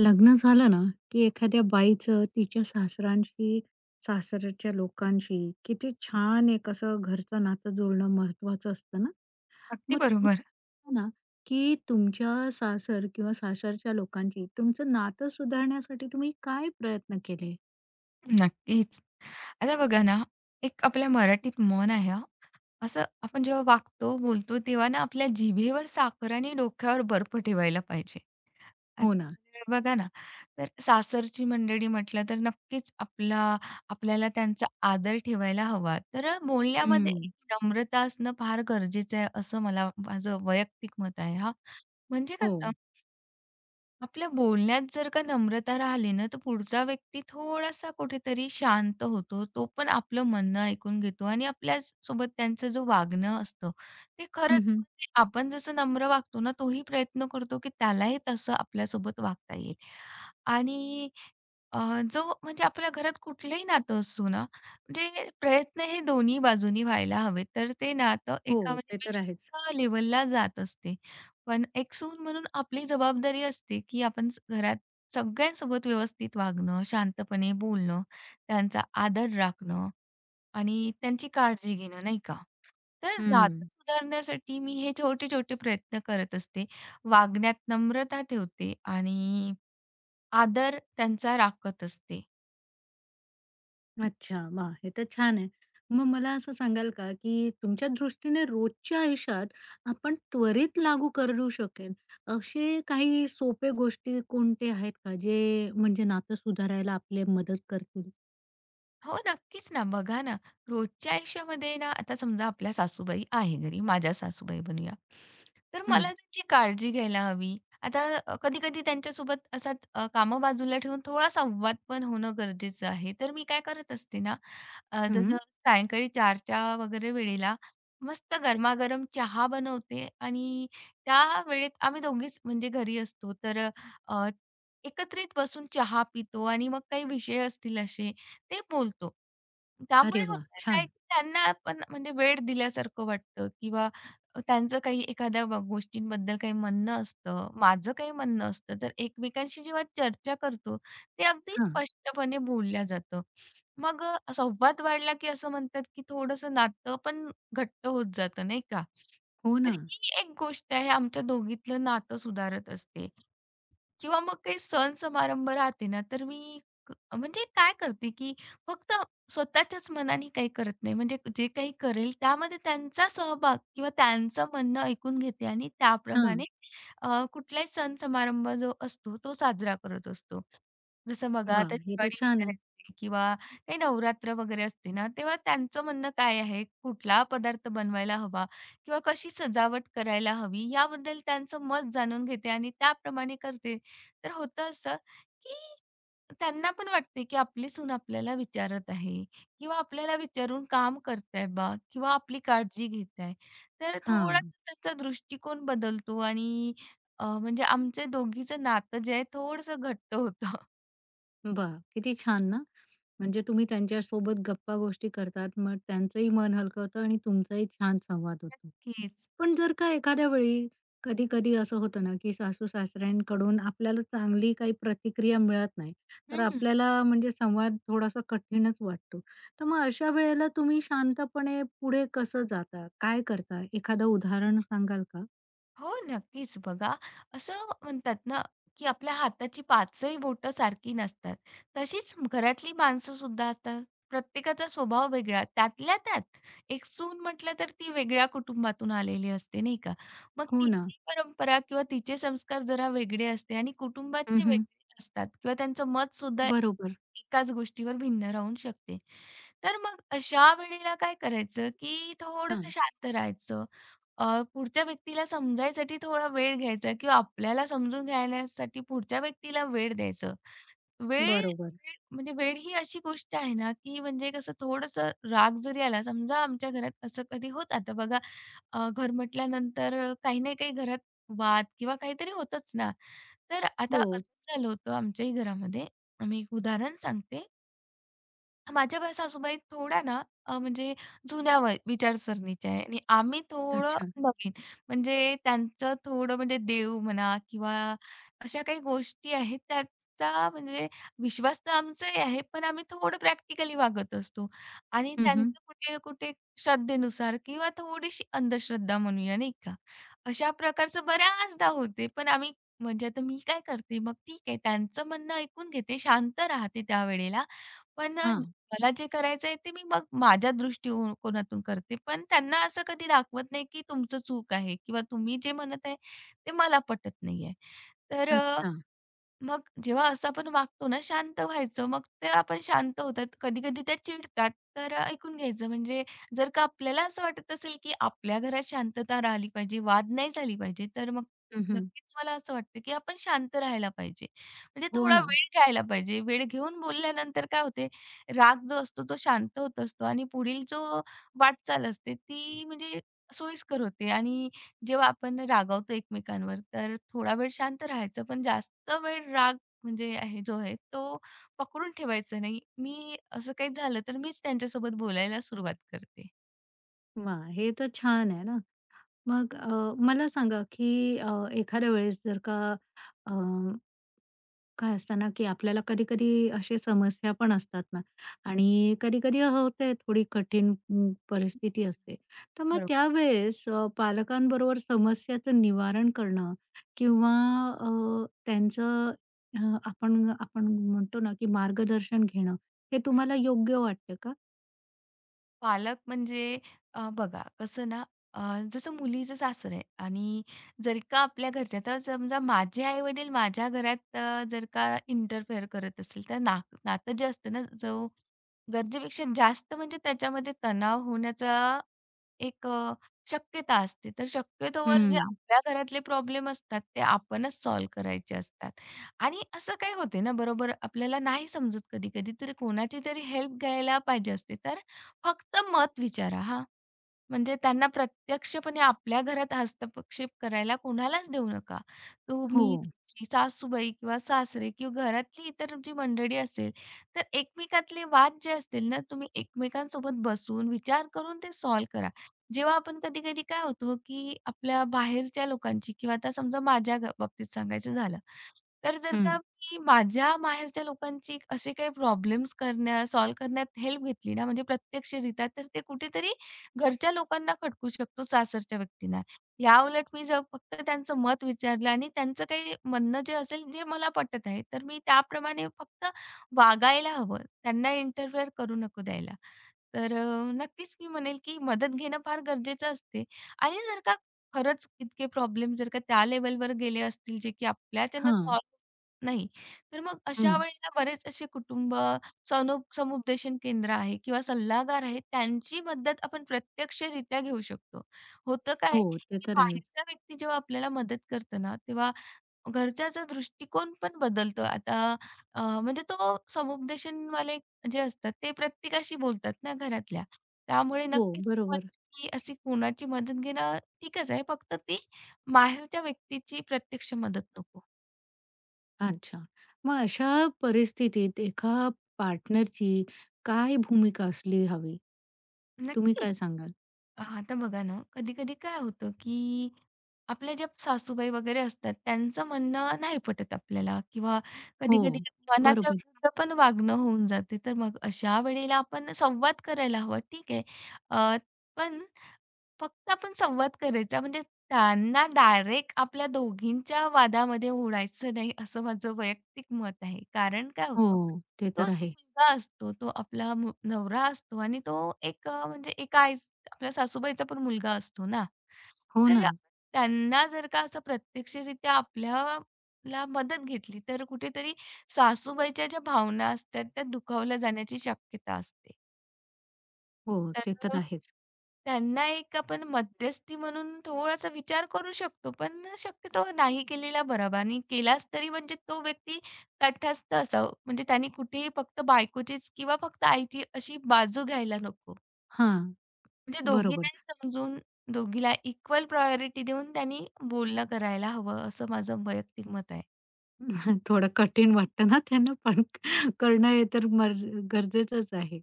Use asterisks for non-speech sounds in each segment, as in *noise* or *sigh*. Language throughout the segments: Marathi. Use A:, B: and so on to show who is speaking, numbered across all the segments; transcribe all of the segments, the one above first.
A: लग्न झालं ना, की एखाद्या बाईचं तिच्या सासरांशी, सासरच्या लोकांशी किती छान एक असं घरचं नातं जुळणं महत्वाचं असतं ना.
B: अगदी
A: मग तुम्ही
B: बरोबर.
A: सांगा ना, की तुमच्या सासर किंवा सासरच्या लोकांची तुमचं नातं सुधारण्यासाठी तुम्ही काय प्रयत्न केले?
B: नक्कीच. आता बघा ना, एक आपल्या मराठीत म्हण आहे हां, असं आपण जेव्हा वागतो, बोलतो तेव्हा ना आपल्या जिभेवर साखर आणि डोक्यावर बर्फ ठेवायला पाहिजे.
A: हो ना.
B: आता बघा ना, तर सासरची मंडळी म्हटलं तर नक्कीच आपल्याला त्यांचा आदर ठेवायला हवा. तर बोलण्यामध्ये एक
A: हं.
B: नम्रता असणं फार गरजेचं आहे, असं मला माझं वैयक्तिक मत आहे हां. म्हणजे
A: हो.
B: कसं आपल्या बोलण्यात जर का नम्रता राहिली ना, तर पुढचा व्यक्ती थोडासा कुठेतरी शांत होतो. तो पण आपलं म्हणणं ऐकून घेतो आणि आपल्यासोबत त्यांचं जो वागणं असतं, ते
A: हं,
B: खरंच
A: हं.
B: म्हणजे आपण जसं नम्र वागतो ना, तोही प्रयत्न करतो, की त्यालाही तसं आपल्यासोबत वागता येईल. आणि अ, जो म्हणजे आपल्या घरात कुठलंही नातं असू ना, म्हणजे प्रयत्न हे दोन्ही बाजूनी व्हायला हवेत, तर ते नातं
A: हो,
B: एका म्हणजे
A: ते तर आहेच.
B: विशिष्ट लेव्हलला जात असते. पण एक सून म्हणून आपली जबाबदारी असते, की आपण घरात सगळ्यांसोबत व्यवस्थित वागणं, शांतपणे बोलणं, त्यांचा आदर राखणं आणि त्यांची काळजी घेणं, नाही का? तर नातं
A: हं.
B: सुधारण्यासाठी मी हे छोटे-छोटे प्रयत्न करत असते. वागण्यात नम्रता ठेवते आणि आदर त्यांचा राखत असते.
A: अच्छा, वा, हे तर छान आहे. मग मला असं सांगाल का, की तुमच्या दृष्टीने रोजच्या आयुष्यात आपण त्वरित लागू करू शकेल, असे काही सोपे गोष्टी कोणते आहेत का, जे म्हणजे नातं सुधारायला आपले मदत करतील?
B: हो, नक्कीच ना. बघा ना, रोजच्या आयुष्यामध्ये ना, आता समजा आपल्या सासूबाई आहे घरी, माझ्या सासूबाई बनूया. तर
A: हं,
B: मला त्यांची काळजी घ्यायला हवी. आता कधी-कधी त्यांच्यासोबत असाच कामं बाजूला ठेवून थोडा संवाद पण होणं गरजेचं आहे. तर मी काय करत असते ना,
A: हं.
B: जसं सायंकाळी 4च्या वगैरे वेळेला मस्त गरमागरम चहा बनवते आणि त्या वेळेत आम्ही दोघीच म्हणजे घरी असतो. तर अ, एकत्रित बसून चहा पितो आणि मग काही विषय असतील असे ते बोलतो.
A: अरे
B: त्यामुळे
A: वा,
B: होतं काय,
A: छान.
B: की त्यांना पण म्हणजे वेळ दिल्यासारखं वाटतं किंवा त्यांचं काही एखाद्या गोष्टींबद्दल काही म्हणणं असतं, माझं काही म्हणणं असतं. तर एकमेकांशी जेव्हा चर्चा करतो, ते अगदी
A: हां,
B: स्पष्टपणे बोललं जातं. मग संवाद वाढला, की असं म्हणतात, की थोडंसं नातं पण घट्ट होत जातं, नाही का?
A: हो
B: तर
A: ना.
B: ही एक गोष्ट आहे आमच्या दोघीतलं नातं सुधारत असते. किंवा मग काही सण समारंभ राहते ना, तर मी म्हणजे काय करते, की फक्त स्वतःच्याच मनाने काही करत नाही. म्हणजे जे काही करेल त्यामध्ये त्यांचा सहभाग किंवा त्यांचं म्हणणं ऐकून घेते आणि त्याप्रमाणे
A: हां,
B: कुठलाही सण समारंभ जो असतो, तो साजरा करत असतो. जसं बघा
A: वाह!
B: आता
A: हे तर
B: दिवाळी
A: छान
B: वगैरे
A: आहे.
B: असते किंवा काही नवरात्र वगैरे असते ना, तेव्हा त्यांचं म्हणणं काय आहे, कुठला पदार्थ बनवायला हवा किंवा कशी सजावट करायला हवी, याबद्दल त्यांचं मत जाणून घेते आणि त्याप्रमाणे करते. तर होतं असं, की त्यांना पण वाटते, की आपली सून आपल्याला विचारत आहे किंवा आपल्याला विचारून काम करताय बा किंवा आपली काळजी घेत आहे. तर
A: हां,
B: थोडासा त्याचा दृष्टिकोन बदलतो आणि म्हणजे आमच्या दोघीचं नातं जे आहे थोडंसं घट्ट होतं.
A: वाह! किती छान ना. म्हणजे तुम्ही त्यांच्यासोबत गप्पा गोष्टी करतात, मग त्यांचंही मन हलकं होतं आणि तुमचाही छान संवाद होतो.
B: *laughs*
A: पण जर का एखाद्या वेळी कधी-कधी असं होतं ना, की सासू-सासऱ्यांकडून आपल्याला चांगली काही प्रतिक्रिया मिळत नाही, तर
B: हीच.
A: आपल्याला म्हणजे संवाद थोडासा कठीणच वाटतो. तर मग अशा वेळेला तुम्ही शांतपणे पुढे कसं जाता? काय करता? एखादं उदाहरण सांगाल का?
B: हो, नक्कीच. बघा, असं म्हणतात ना, की आपल्या हाताची 5ही बोटं सारखी नसतात. तशीच घरातली माणसं सुद्धा असतात. प्रत्येकाचा स्वभाव वेगळा. त्यातल्या त्यात एक सून म्हटलं तर ती वेगळ्या कुटुंबातून आलेली असते, नाही का? मग
A: हो ना.
B: तिची परंपरा किंवा तिचे संस्कार जरा वेगळे असते आणि कुटुंबाचे
A: हं,
B: वेगळे असतात किंवा त्यांचं मतसुद्धा
A: बरोबर.
B: एकाच गोष्टीवर भिन्न राहून शकते. तर मग अशा वेळेला काय करायचं, की थोडंसं
A: हां.
B: शांत राहायचं. पुढच्या व्यक्तीला समजायसाठी थोडा वेळ घ्यायचा किंवा आपल्याला समजून घेण्यासाठी पुढच्या व्यक्तीला वेळ द्यायचं. वेळ
A: बरोबर.
B: वेळ म्हणजे वेळ ही अशी गोष्ट आहे ना, की म्हणजे कसं थोडंसं राग जरी आला समजा आमच्या घरात असं कधी होतं आता बघा घर म्हटल्यानंतर काही ना काही घरात वाद किंवा काहीतरी होतंच ना. तर आता
A: हो.
B: असंच झालं होतं आमच्याही घरामध्ये. मी एक उदाहरण सांगते. माझ्या सासूबाई थोड्या ना म्हणजे जुन्या विचारसरणीच्या आहे आणि आम्ही थोडं
A: अच्छा.
B: नवीन. म्हणजे त्यांचं थोडं म्हणजे देव म्हणा किंवा अशा काही गोष्टी आहेत त्याचा म्हणजे विश्वास तर आमचाही आहे, पण आम्ही थोडं प्रॅक्टिकली वागत असतो आणि
A: हं, हं.
B: त्यांचं कुठे ना कुठे श्रद्धेनुसार किंवा थोडीशी अंधश्रद्धा म्हणूया नाही का? अशा प्रकारचं बऱ्याचदा होते. पण आम्ही म्हणजे आता मी काय करते मग ठीक आहे त्यांचं म्हणणं ऐकून घेते, शांत राहते त्यावेळेला. पण मला जे करायचंय ते मी मग माझ्या दृष्टिकोनातून करते. पण त्यांना असं कधी दाखवत नाही, की तुमचं चूक आहे किंवा तुम्ही जे म्हणत आहे ते मला पटत नाहीये. तर
A: अच्छा.
B: मग जेव्हा असं आपण वागतो ना, शांत व्हायचं. मग ते आपण शांत होतात. कधी-कधी त्या चिडतात, तर ऐकून घ्यायचं. म्हणजे जर का आपल्याला असं वाटत असेल, की आपल्या घरात शांतता राहिली पाहिजे, वाद नाही झाली पाहिजे, तर मग
A: हं,
B: नक्कीच मला असं वाटतं, की आपण शांत राहायला पाहिजे. म्हणजे
A: हो
B: थोडा
A: ना.
B: वेळ घ्यायला पाहिजे. वेळ घेऊन बोलल्यानंतर काय होते, राग जो असतो तो शांत होत असतो आणि पुढील जो वाटचाल असते ती म्हणजे सोयीस्कर होते आणि जेव्हा आपण रागावतो एकमेकांवर, तर थोडा वेळ शांत राहायचं, पण जास्त वेळ राग म्हणजे आहे जो आहे, तो पकडून ठेवायचा नाही. मी असं काही झालं, तर मीच त्यांच्यासोबत बोलायला सुरुवात करते.
A: वाह! हे तर छान आहे ना. मग मला सांगा, की एखाद्या वेळेस जर का अ, काय असतं ना, की आपल्याला कधी-कधी अशा समस्या पण असतात ना आणि कधी-कधी होते थोडी कठीण परिस्थिती असते. तर मग
B: बरोबर.
A: त्यावेळेस पालकांबरोबर समस्याचं निवारण करणं किंवा त्यांचं अ, आपण आपण म्हणतो ना, की मार्गदर्शन घेणं, हे तुम्हाला योग्य वाटतं का?
B: पालक म्हणजे बघा कसं ना, अ, जसं मुलीचं सासर आहे आणि जर का आपल्या घरच्या तर समजा माझे आई-वडील माझ्या घरात जर का इंटरफेअर करत असेल, तर ना नातं जे असतं ना, जो गरजेपेक्षा जास्त म्हणजे त्याच्यामध्ये तणाव होण्याचा एक शक्यता असते. तर शक्यतोवर जे
A: हं.
B: आपल्या घरातले प्रॉब्लेम असतात, ते आपणच सॉल्व्ह करायचे असतात. आणि असं काय होते ना, बरोबर आपल्याला नाही समजत कधी-कधी, तर कोणाची तरी हेल्प घ्यायला पाहिजे असते. तर फक्त मत विचारा हां. म्हणजे त्यांना प्रत्यक्षपणे आपल्या घरात हस्तक्षेप करायला कोणालाच देऊ नका.
A: हो.
B: तुम्ही, तुमची सासूबाई किंवा सासरे किंवा घरातली इतर जी मंडळी असेल, तर एकमेकातले वाद जे असतील ना, तुम्ही एकमेकांसोबत बसून विचार करून ते सॉल्व्ह करा. जेव्हा आपण कधी-कधी काय होतो, की आपल्या बाहेरच्या लोकांची किंवा आता समजा माझ्या बाबतीत सांगायचं झालं, तर जर
A: हं.
B: का मी माझ्या माहेरच्या लोकांची असे काही प्रॉब्लेम्स करण्यात, सॉल्व्ह करण्यात हेल्प घेतली ना, म्हणजे प्रत्यक्षरित्या, तर ते कुठेतरी घरच्या लोकांना खटकू शकतो, सासरच्या व्यक्तींना. याउलट मी जर फक्त त्यांचं मत विचारलं आणि त्यांचं काही म्हणणं जे असेल, जे मला पटत आहे, तर मी त्याप्रमाणे फक्त वागायला हवं. त्यांना इंटरफेअर करू नको द्यायला. तर नक्कीच मी म्हणेल, की मदत घेणं फार गरजेचं असते आणि जर का खरंच इतके प्रॉब्लेम जर का त्या लेव्हलवर गेले असतील, जे की आपल्याच्यानं
A: हां.
B: सॉल्व्ह नाही, तर मग
A: हं.
B: अशा वेळेला बरेच असे कुटुंब समुपदेशन केंद्र आहे किंवा सल्लागार आहे, त्यांची मदत आपण प्रत्यक्षरित्या घेऊ शकतो. होतं
A: हो,
B: काय,
A: ते
B: की
A: तर आहेच.
B: बाहेरचा व्यक्ती जेव्हा आपल्याला मदत करतो ना, तेव्हा घरच्याचा दृष्टिकोन पण बदलतो. आता म्हणजे तो समुपदेशनवाले जे असतात, ते प्रत्येकाशी बोलतात ना घरातल्या. त्यामुळे
A: हो,
B: नक्कीच मी
A: बरोबर.
B: म्हणेल, की अशी कोणाची मदत घेणं ठीकच आहे, फक्त ती बाहेरच्या व्यक्तीची प्रत्यक्ष मदत नको.
A: अच्छा. मग अशा परिस्थितीत एका पार्टनरची काय भूमिका असली हवी? तुम्ही
B: नक्कीच.
A: काय सांगाल?
B: आता बघा ना, कधी-कधी काय होतं, की आपल्या ज्या सासूबाई वगैरे असतात, त्यांचं म्हणणं नाही पटत आपल्याला किंवा
A: हो.
B: कधी-कधी मनाच्या
A: बरोबर.
B: विरुद्ध पण वागणं होऊन जाते. तर मग अशा वेळेला आपण संवाद करायला हवा, ठीक आहे. अ, पण फक्त आपण संवाद करायचा म्हणजे त्यांना डायरेक्ट आपल्या दोघींच्या वादामध्ये ओढायचं नाही, असं माझं वैयक्तिक मत आहे. कारण काय होतं,
A: हो. ते
B: तो जो
A: तर आहे.
B: मुलगा असतो, तो आपला नवरा असतो आणि तो एक म्हणजे एका आई आपल्या सासूबाईचा पण मुलगा असतो ना.
A: हो
B: तर
A: ना.
B: त्यांना जर का असं प्रत्यक्षरित्या आपल्याला मदत घेतली, तर कुठेतरी सासूबाईच्या ज्या भावना असतात, त्या दुखावल्या जाण्याची शक्यता असते.
A: हो. ते
B: तर
A: तर आहेच.
B: त्यांना एक आपण मध्यस्थी म्हणून थोडासा विचार करू शकतो, पण शक्यतो नाही केलेला बराबर आणि केलाच तरी म्हणजे तो व्यक्ती तटस्थ असावं. म्हणजे त्यांनी कुठेही फक्त बायकोचीच किंवा फक्त आईची अशी बाजू घ्यायला नको.
A: हां.
B: म्हणजे
A: बरोबर.
B: दोघींनाही समजून, दोघीला इक्वल प्रायोरिटी देऊन त्यांनी बोलणं करायला हवं, असं माझं वैयक्तिक मत आहे.
A: *laughs* थोडं कठीण वाटतं ना त्यांना पण *laughs* करणं हे तर मर्ज गरजेचंच आहे.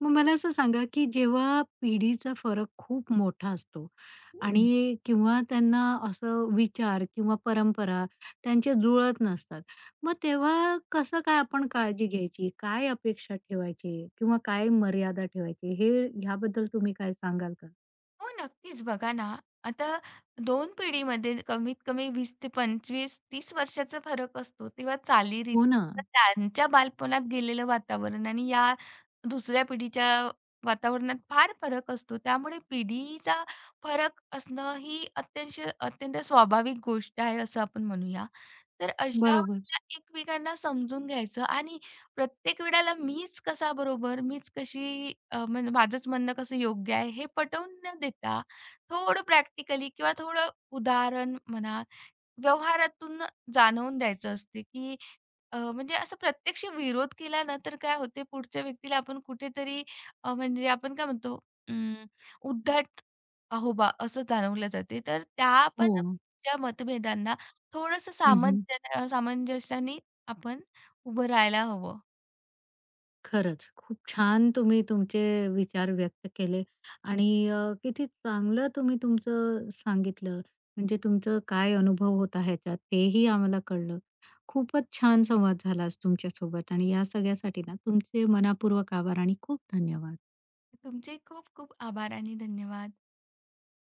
A: मग मला असं सांगा, की जेव्हा पिढीचा फरक खूप मोठा असतो, आणि किंवा त्यांना असं विचार किंवा परंपरा त्यांच्या जुळत नसतात. मग तेव्हा कसं काय आपण काळजी घ्यायची? काय अपेक्षा ठेवायची किंवा काय मर्यादा ठेवायची? हे ह्याबद्दल तुम्ही काय सांगाल का?
B: हो, नक्कीच. बघा ना, आता दोन पिढीमध्ये कमीत कमी 20 ते 25-30 वर्षाचा फरक असतो. तेव्हा
A: हो
B: चालीरीती
A: ना.
B: त्यांच्या बालपणात गेलेलं वातावरण आणि या दुसऱ्या पिढीच्या वातावरणात फार फरक असतो. त्यामुळे पिढीचा फरक असणं ही अत्यंत स्वाभाविक गोष्ट आहे, असं आपण म्हणूया. तर अशा
A: बरोबर.
B: वेळेला एकमेकांना समजून घ्यायचं आणि प्रत्येक वेळेला मीच कसा बरोबर, मीच कशी म्हणजे माझंच म्हणणं कसं योग्य आहे हे पटवून न देता, थोडं प्रॅक्टिकली किंवा थोडं उदाहरण म्हणा, व्यवहारातून जाणवून द्यायचं असते, की म्हणजे असं प्रत्यक्ष विरोध केला ना, तर काय होते पुढच्या व्यक्तीला आपण कुठेतरी म्हणजे आपण काय म्हणतो अं, उद्धट अहो बा असं जाणवलं जाते. तर त्या पण
A: हो.
B: च्या मतभेदांना थोडंसं
A: हं,
B: सामंजस्याने आपण उभं राहायला हवं.
A: खरंच, खूप छान तुम्ही तुमचे विचार व्यक्त केले आणि किती चांगलं तुम्ही तुमचं सांगितलं. म्हणजे तुमचं काय अनुभव होता ह्याच्यात तेही आम्हाला कळलं. खूपच छान संवाद झाला आज तुमच्यासोबत आणि या सगळ्यासाठी ना तुमचे मनापूर्वक आभार आणि खूप धन्यवाद.
B: तुमचे खूप खूप आभार आणि धन्यवाद.